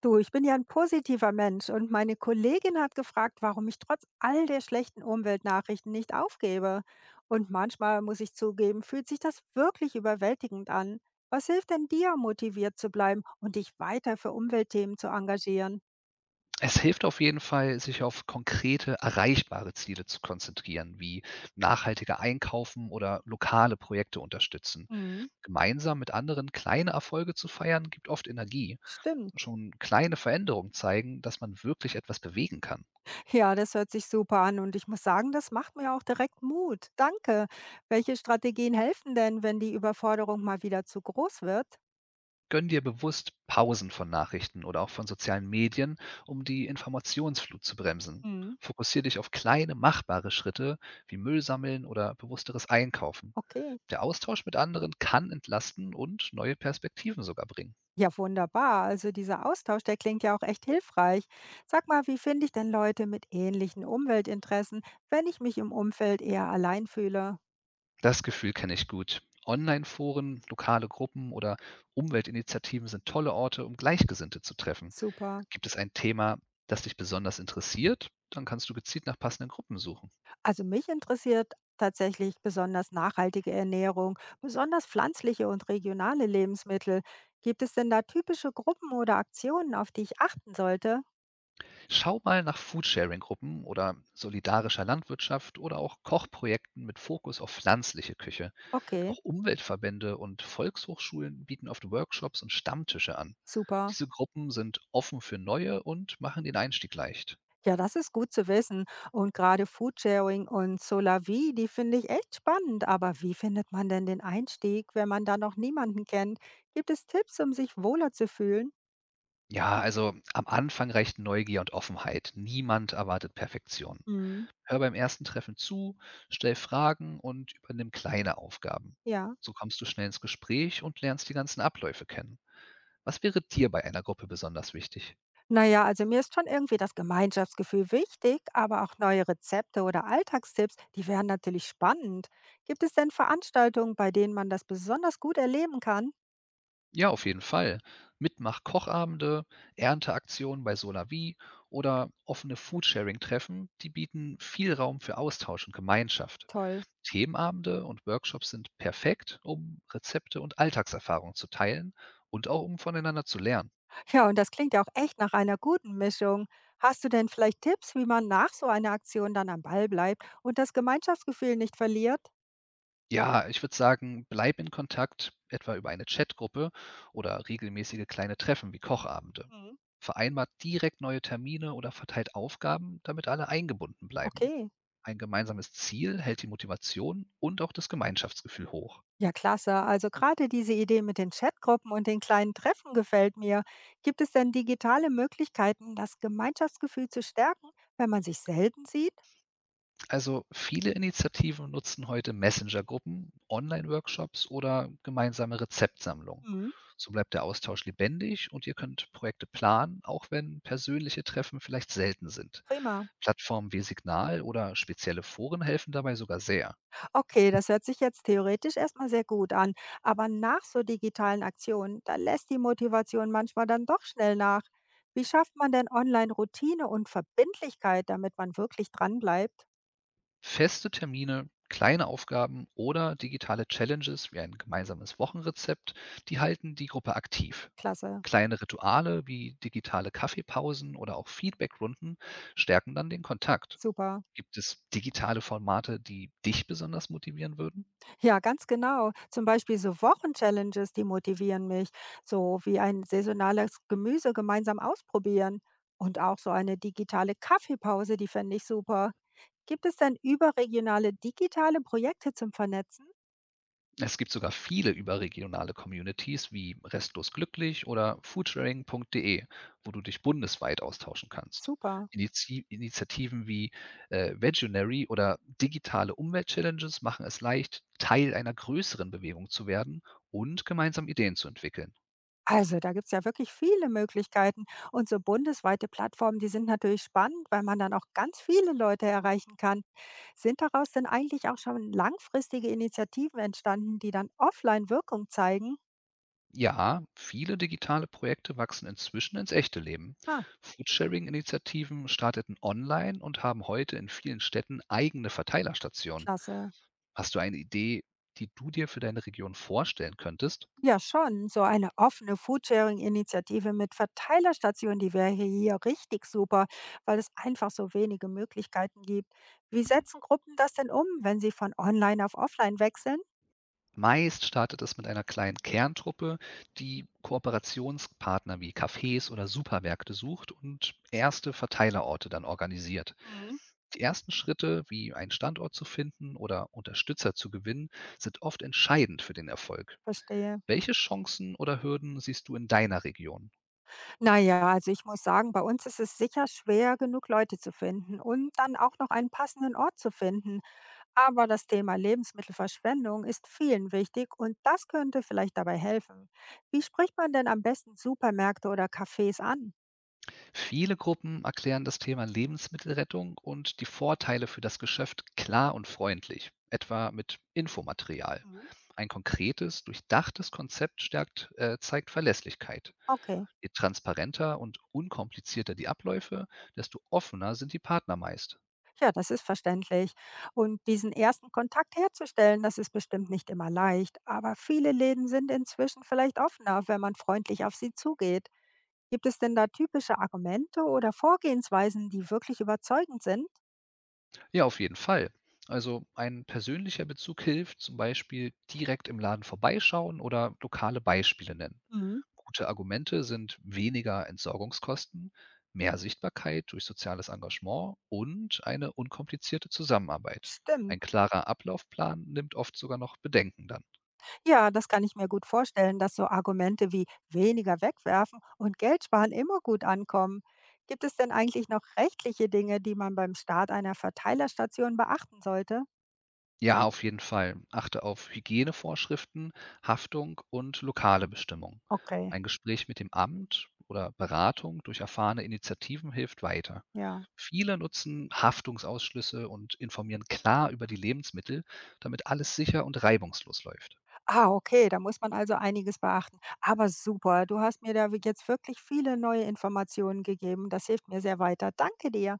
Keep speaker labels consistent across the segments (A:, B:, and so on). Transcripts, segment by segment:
A: Du, ich bin ja ein positiver Mensch und meine Kollegin hat gefragt, warum ich trotz all der schlechten Umweltnachrichten nicht aufgebe. Und manchmal, muss ich zugeben, fühlt sich das wirklich überwältigend an. Was hilft denn dir, motiviert zu bleiben und dich weiter für Umweltthemen zu engagieren?
B: Es hilft auf jeden Fall, sich auf konkrete, erreichbare Ziele zu konzentrieren, wie nachhaltiger Einkaufen oder lokale Projekte unterstützen.
A: Mhm,
B: Gemeinsam mit anderen kleine Erfolge zu feiern, gibt oft Energie.
A: stimmt.
B: Schon kleine Veränderungen zeigen, dass man wirklich etwas bewegen kann.
A: Ja, das hört sich super an und ich muss sagen, das macht mir auch direkt Mut. Danke. Welche Strategien helfen denn, wenn die Überforderung mal wieder zu groß wird?
B: Gönn dir bewusst Pausen von Nachrichten oder auch von sozialen Medien, um die Informationsflut zu bremsen.
A: Mhm.
B: Fokussier dich auf kleine, machbare Schritte wie Müll sammeln oder bewussteres Einkaufen.
A: Okay.
B: Der Austausch mit anderen kann entlasten und neue Perspektiven sogar bringen.
A: Ja, wunderbar. Also dieser Austausch, der klingt ja auch echt hilfreich. Sag mal, wie finde ich denn Leute mit ähnlichen Umweltinteressen, wenn ich mich im Umfeld eher allein fühle?
B: Das Gefühl kenne ich gut. Online-Foren, lokale Gruppen oder Umweltinitiativen sind tolle Orte, um Gleichgesinnte zu treffen.
A: Super.
B: Gibt es ein Thema, das dich besonders interessiert? Dann kannst du gezielt nach passenden Gruppen suchen.
A: Also mich interessiert tatsächlich besonders nachhaltige Ernährung, besonders pflanzliche und regionale Lebensmittel. Gibt es denn da typische Gruppen oder Aktionen, auf die ich achten sollte?
B: Schau mal nach Foodsharing-Gruppen oder solidarischer Landwirtschaft oder auch Kochprojekten mit Fokus auf pflanzliche Küche.
A: Okay,
B: Auch Umweltverbände und Volkshochschulen bieten oft Workshops und Stammtische an.
A: super.
B: Diese Gruppen sind offen für Neue und machen den Einstieg leicht.
A: Ja, das ist gut zu wissen. Und gerade Foodsharing und Solavi, die finde ich echt spannend. Aber wie findet man denn den Einstieg, wenn man da noch niemanden kennt? Gibt es Tipps, um sich wohler zu fühlen?
B: Ja, also am Anfang reicht Neugier und Offenheit. Niemand erwartet Perfektion.
A: Hm,
B: Hör beim ersten Treffen zu, stell Fragen und übernimm kleine Aufgaben.
A: ja.
B: So kommst du schnell ins Gespräch und lernst die ganzen Abläufe kennen. Was wäre dir bei einer Gruppe besonders wichtig?
A: Naja, also mir ist schon irgendwie das Gemeinschaftsgefühl wichtig, aber auch neue Rezepte oder Alltagstipps, die wären natürlich spannend. Gibt es denn Veranstaltungen, bei denen man das besonders gut erleben kann?
B: Ja, auf jeden Fall. Mitmach-Kochabende, Ernteaktionen bei Solavi oder offene Foodsharing-Treffen, die bieten viel Raum für Austausch und Gemeinschaft.
A: Toll.
B: Themenabende und Workshops sind perfekt, um Rezepte und Alltagserfahrungen zu teilen und auch um voneinander zu lernen.
A: Ja, und das klingt ja auch echt nach einer guten Mischung. Hast du denn vielleicht Tipps, wie man nach so einer Aktion dann am Ball bleibt und das Gemeinschaftsgefühl nicht verliert?
B: Ja, ich würde sagen, bleib in Kontakt, etwa über eine Chatgruppe oder regelmäßige kleine Treffen wie Kochabende.
A: Mhm.
B: Vereinbart direkt neue Termine oder verteilt Aufgaben, damit alle eingebunden bleiben.
A: Okay.
B: Ein gemeinsames Ziel hält die Motivation und auch das Gemeinschaftsgefühl hoch.
A: Ja, klasse. Also gerade diese Idee mit den Chatgruppen und den kleinen Treffen gefällt mir. Gibt es denn digitale Möglichkeiten, das Gemeinschaftsgefühl zu stärken, wenn man sich selten sieht?
B: Also viele Initiativen nutzen heute Messenger-Gruppen, Online-Workshops oder gemeinsame Rezeptsammlungen.
A: Mhm.
B: So bleibt der Austausch lebendig und ihr könnt Projekte planen, auch wenn persönliche Treffen vielleicht selten sind.
A: Prima.
B: Plattformen wie Signal oder spezielle Foren helfen dabei sogar sehr.
A: Okay, das hört sich jetzt theoretisch erstmal sehr gut an, aber nach so digitalen Aktionen, da lässt die Motivation manchmal dann doch schnell nach. Wie schafft man denn online Routine und Verbindlichkeit, damit man wirklich dranbleibt?
B: Feste Termine, kleine Aufgaben oder digitale Challenges wie ein gemeinsames Wochenrezept, die halten die Gruppe aktiv.
A: Klasse,
B: Kleine Rituale wie digitale Kaffeepausen oder auch Feedbackrunden stärken dann den Kontakt.
A: super.
B: Gibt es digitale Formate, die dich besonders motivieren würden?
A: Ja, ganz genau. Zum Beispiel so Wochenchallenges, die motivieren mich, so wie ein saisonales Gemüse gemeinsam ausprobieren. Und auch so eine digitale Kaffeepause, die fände ich super. Gibt es denn überregionale digitale Projekte zum Vernetzen?
B: Es gibt sogar viele überregionale Communities wie Restlos Glücklich oder foodsharing.de, wo du dich bundesweit austauschen kannst.
A: Super.
B: Initiativen wie Vegunary oder digitale Umweltchallenges machen es leicht, Teil einer größeren Bewegung zu werden und gemeinsam Ideen zu entwickeln.
A: Also, da gibt's ja wirklich viele Möglichkeiten. Und so bundesweite Plattformen, die sind natürlich spannend, weil man dann auch ganz viele Leute erreichen kann. Sind daraus denn eigentlich auch schon langfristige Initiativen entstanden, die dann offline Wirkung zeigen?
B: Ja, viele digitale Projekte wachsen inzwischen ins echte Leben.
A: Ah,
B: Foodsharing-Initiativen starteten online und haben heute in vielen Städten eigene Verteilerstationen.
A: klasse.
B: Hast du eine Idee, die du dir für deine Region vorstellen könntest?
A: Ja, schon. So eine offene Foodsharing-Initiative mit Verteilerstationen, die wäre hier richtig super, weil es einfach so wenige Möglichkeiten gibt. Wie setzen Gruppen das denn um, wenn sie von online auf offline wechseln?
B: Meist startet es mit einer kleinen Kerntruppe, die Kooperationspartner wie Cafés oder Supermärkte sucht und erste Verteilerorte dann organisiert.
A: Hm,
B: Die ersten Schritte, wie einen Standort zu finden oder Unterstützer zu gewinnen, sind oft entscheidend für den Erfolg.
A: verstehe.
B: Welche Chancen oder Hürden siehst du in deiner Region?
A: Na ja, also ich muss sagen, bei uns ist es sicher schwer, genug Leute zu finden und dann auch noch einen passenden Ort zu finden. Aber das Thema Lebensmittelverschwendung ist vielen wichtig und das könnte vielleicht dabei helfen. Wie spricht man denn am besten Supermärkte oder Cafés an?
B: Viele Gruppen erklären das Thema Lebensmittelrettung und die Vorteile für das Geschäft klar und freundlich, etwa mit Infomaterial.
A: Mhm.
B: Ein konkretes, durchdachtes Konzept zeigt Verlässlichkeit.
A: Okay,
B: Je transparenter und unkomplizierter die Abläufe, desto offener sind die Partner meist.
A: ja, das ist verständlich. Und diesen ersten Kontakt herzustellen, das ist bestimmt nicht immer leicht. Aber viele Läden sind inzwischen vielleicht offener, wenn man freundlich auf sie zugeht. Gibt es denn da typische Argumente oder Vorgehensweisen, die wirklich überzeugend sind?
B: Ja, auf jeden Fall. Also ein persönlicher Bezug hilft, zum Beispiel direkt im Laden vorbeischauen oder lokale Beispiele nennen.
A: Mhm.
B: Gute Argumente sind weniger Entsorgungskosten, mehr Sichtbarkeit durch soziales Engagement und eine unkomplizierte Zusammenarbeit. Ein
A: Stimmt.
B: klarer Ablaufplan nimmt oft sogar noch Bedenken dann.
A: Ja, das kann ich mir gut vorstellen, dass so Argumente wie weniger wegwerfen und Geld sparen immer gut ankommen. Gibt es denn eigentlich noch rechtliche Dinge, die man beim Start einer Verteilerstation beachten sollte?
B: Ja, auf jeden Fall. Achte auf Hygienevorschriften, Haftung und lokale Bestimmungen.
A: Okay.
B: Ein Gespräch mit dem Amt oder Beratung durch erfahrene Initiativen hilft weiter.
A: Ja.
B: Viele nutzen Haftungsausschlüsse und informieren klar über die Lebensmittel, damit alles sicher und reibungslos läuft.
A: Ah, okay, da muss man also einiges beachten. Aber super, du hast mir da jetzt wirklich viele neue Informationen gegeben. Das hilft mir sehr weiter. Danke dir.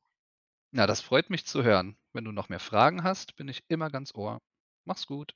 B: Na, das freut mich zu hören. Wenn du noch mehr Fragen hast, bin ich immer ganz Ohr. Mach's gut.